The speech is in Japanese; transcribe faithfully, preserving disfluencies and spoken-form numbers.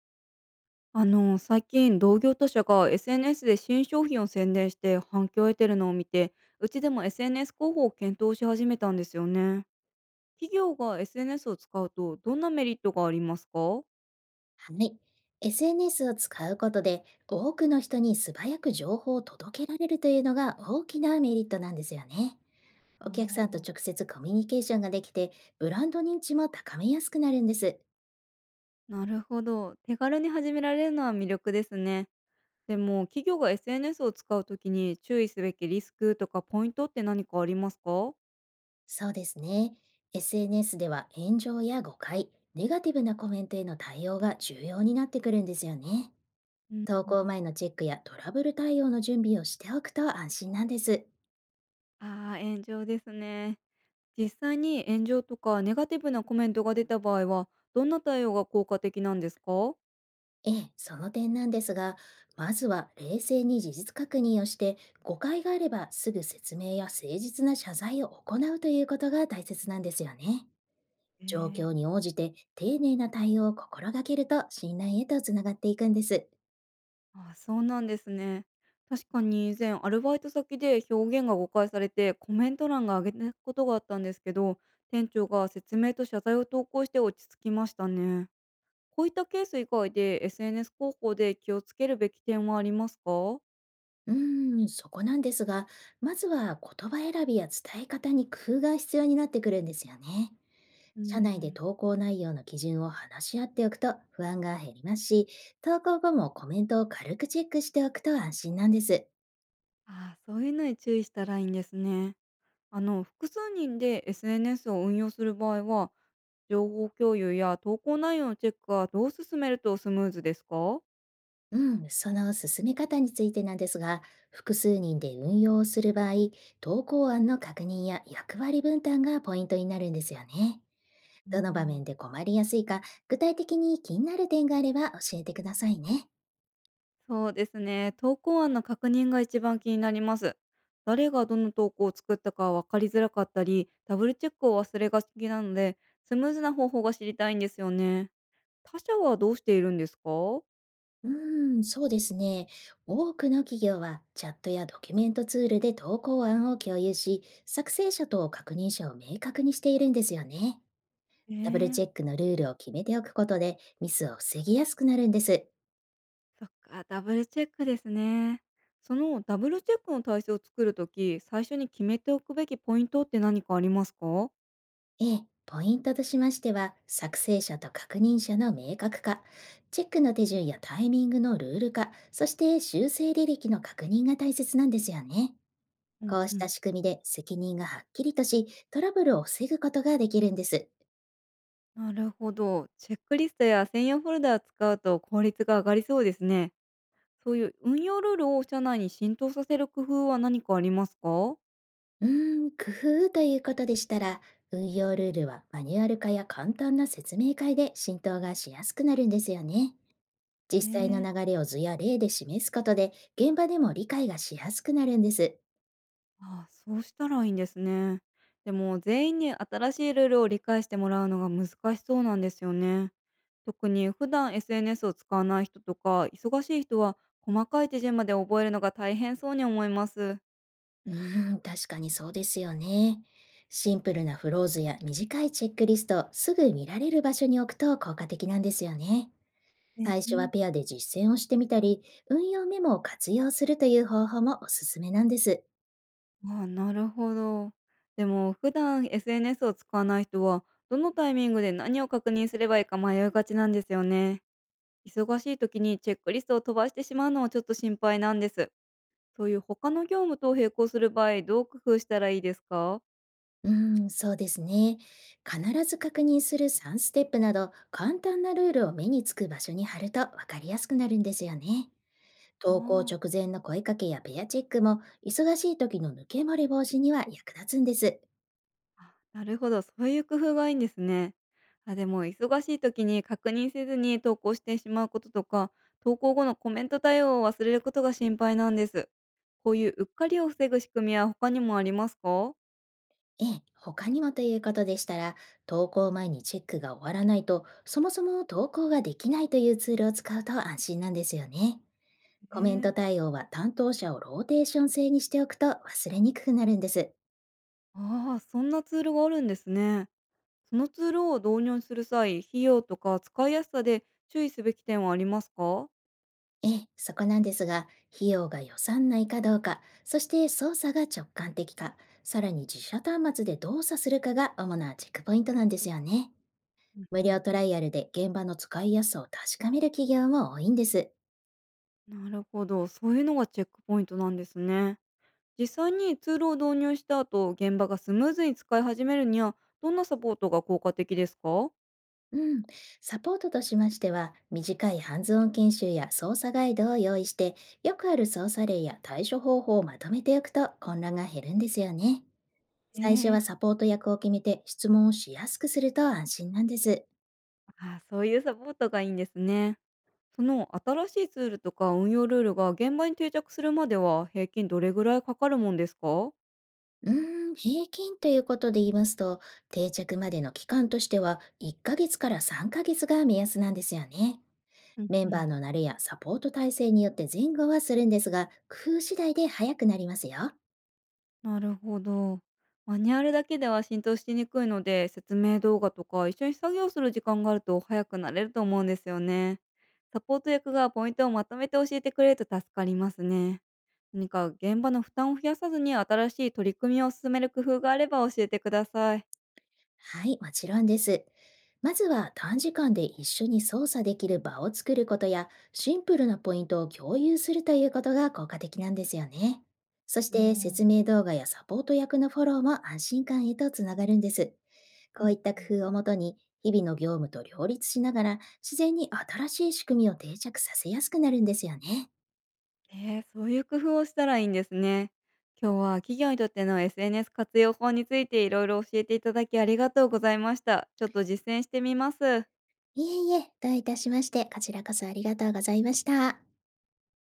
あの、最近同業他社が エスエヌエス で新商品を宣伝して反響を得てるのを見て、うちでも エスエヌエス 広報を検討し始めたんですよね。企業が エスエヌエス を使うとどんなメリットがありますか？はい。エスエヌエス を使うことで多くの人に素早く情報を届けられるというのが大きなメリットなんですよね。あお客さんと直ー、接コミュニケーションができてブランド認知も高めやすくなるんです。なるほど。手軽に始められるのは魅力ですね。でも、企業が エスエヌエス を使うときに注意すべきリスクとかポイントって何かありますか？そうですね。エスエヌエス では炎上や誤解、ネガティブなコメントへの対応が重要になってくるんですよね。うん投う稿ん。前のチェックやトラブル対応の準備をしておくと安心なんです。ああー、炎上ですね。実際に炎上とかネガティブなコメントが出た場合は、どんな対応が効果的なんですか？ええ、その点なんですが、まずは冷静に事実確認をして、誤解があればすぐ説明や誠実な謝罪を行うということが大切なんですよね。え状ー、況に応じて丁寧な対応を心がけると信頼へとつながっていくんです。あ、そうなんですね。確かに以前アルバイト先で表現が誤解されてコメント欄が上げたことがあったんですけど、店長が説明と謝罪を投稿して落ち着きましたね。こういったケース以外で エスエヌエス 広報で気をつけるべき点はありますか？うーん、そこなんですが、まずは言葉選びや伝え方に工夫が必要になってくるんですよね。うー社内でん、投稿内容の基準を話し合っておくと不安が減りますし、投稿後もコメントを軽くチェックしておくと安心なんです。ああ、そういうのに注意したらいいんですね。あの、複数人で エスエヌエス を運用する場合は、情報共有や投稿内容のチェックはどう進めるとスムーズですか？うん、その進め方についてなんですが、複数人で運用をする場合、投稿案の確認や役割分担がポイントになるんですよね。うどの場ん、面で困りやすいか、具体的に気になる点があれば教えてくださいね。そうですね。投稿案の確認が一番気になります。誰がどの投稿を作ったか分かりづらかったり、ダブルチェックを忘れがちなので、スムーズな方法が知りたいんですよね。他社はどうしているんですか？うーん、そうですね。多くの企業はチャットやドキュメントツールで投稿案を共有し、作成者と確認者を明確にしているんですよね。えダブルー、チェックのルールを決めておくことでミスを防ぎやすくなるんです。そっか、ダブルチェックですね。そのダブルチェックの体制を作るとき、最初に決めておくべきポイントって何かありますか？ええ、ポイントとしましては、作成者と確認者の明確化、チェックの手順やタイミングのルール化、そして修正履歴の確認が大切なんですよね。うんこううしたん。仕組みで責任がはっきりとし、トラブルを防ぐことができるんです。なるほど。チェックリストや専用フォルダを使うと効率が上がりそうですね。そういう運用ルールを社内に浸透させる工夫は何かありますか？うーん、工夫ということでしたら、運用ルールはマニュアル化や簡単な説明会で浸透がしやすくなるんですよね。実際のええ、流れを図や例で示すことで、現場でも理解がしやすくなるんです。ああ、そうしたらいいんですね。でも全員に新しいルールを理解してもらうのが難しそうなんですよね。特に普段 エスエヌエス を使わない人とか忙しい人は細かい手順まで覚えるのが大変そうに思います。うーん、確かにそうですよね。シンプルなフローズや短いチェックリストをすぐ見られる場所に置くと効果的なんですよね。最初はね。ペアで実践をしてみたり、運用メモを活用するという方法もおすすめなんです。ああ、なるほど。でも普段 エスエヌエス を使わない人は、どのタイミングで何を確認すればいいか迷いがちなんですよね。忙しい時にチェックリストを飛ばしてしまうのはちょっと心配なんです。そういう他の業務と並行する場合、どう工夫したらいいですか？うーん、そうですね。必ず確認するさんステップステップなど、簡単なルールを目につく場所に貼ると分かりやすくなるんですよね。投稿あ、あ直前の声かけやペアチェックも、忙しい時の抜け漏れ防止には役立つんです。あ、なるほど、そういう工夫がいいんですね。あ、でも忙しい時に確認せずに投稿してしまうこととか、投稿後のコメント対応を忘れることが心配なんです。こういううっかりを防ぐ仕組みは他にもありますか？ええ、他にもということでしたら、投稿前にチェックが終わらないと、そもそも投稿ができないというツールを使うと安心なんですよね。えコメントー、対応は担当者をローテーション制にしておくと忘れにくくなるんです。ああ、そんなツールがあるんですね。そのツールを導入する際、費用とか使いやすさで注意すべき点はありますか？ええ、そこなんですが、費用が予算内かどうか、そして操作が直感的か、さらに自社端末で動作するかが主なチェックポイントなんですよね。うん無う料ん。トライアルで現場の使いやすさを確かめる企業も多いんです。なるほど、そういうのがチェックポイントなんですね。実際にツールを導入した後、現場がスムーズに使い始めるには、どんなサポートが効果的ですか？うん。サポートとしましては、短いハンズオン研修や操作ガイドを用意して、よくある操作例や対処方法をまとめておくと混乱が減るんですよね。え最初ー、はサポート役を決めて質問をしやすくすると安心なんです。あー、そういうサポートがいいんですね。その新しいツールとか運用ルールが現場に定着するまでは平均どれぐらいかかるもんですか？うーん、平均ということで言いますと、定着までの期間としてはいっかげつからさんかげつが目安なんですよね。うんメンうバーん。の慣れやサポート体制によって前後はするんですが、工夫次第で早くなりますよ。なるほど。マニュアルだけでは浸透しにくいので、説明動画とか一緒に作業する時間があると早くなれると思うんですよね。サポート役がポイントをまとめて教えてくれると助かりますね。何か現場の負担を増やさずに新しい取り組みを進める工夫があれば教えてください。はい、もちろんです。まずは短時間で一緒に操作できる場を作ることや、シンプルなポイントを共有するということが効果的なんですよね。そしうてん、説明動画やサポート役のフォローも安心感へとつながるんです。うこんういった工うん、夫をもとに、日々の業務と両立しながら、自然に新しい仕組みを定着させやすくなるんですよね。えー、そういう工夫をしたらいいんですね。今日は企業にとっての エスエヌエス 活用法についていろいろ教えていただきありがとうございました。ちょっと実践してみます。いえいえ、どういたしまして、こちらこそありがとうございました。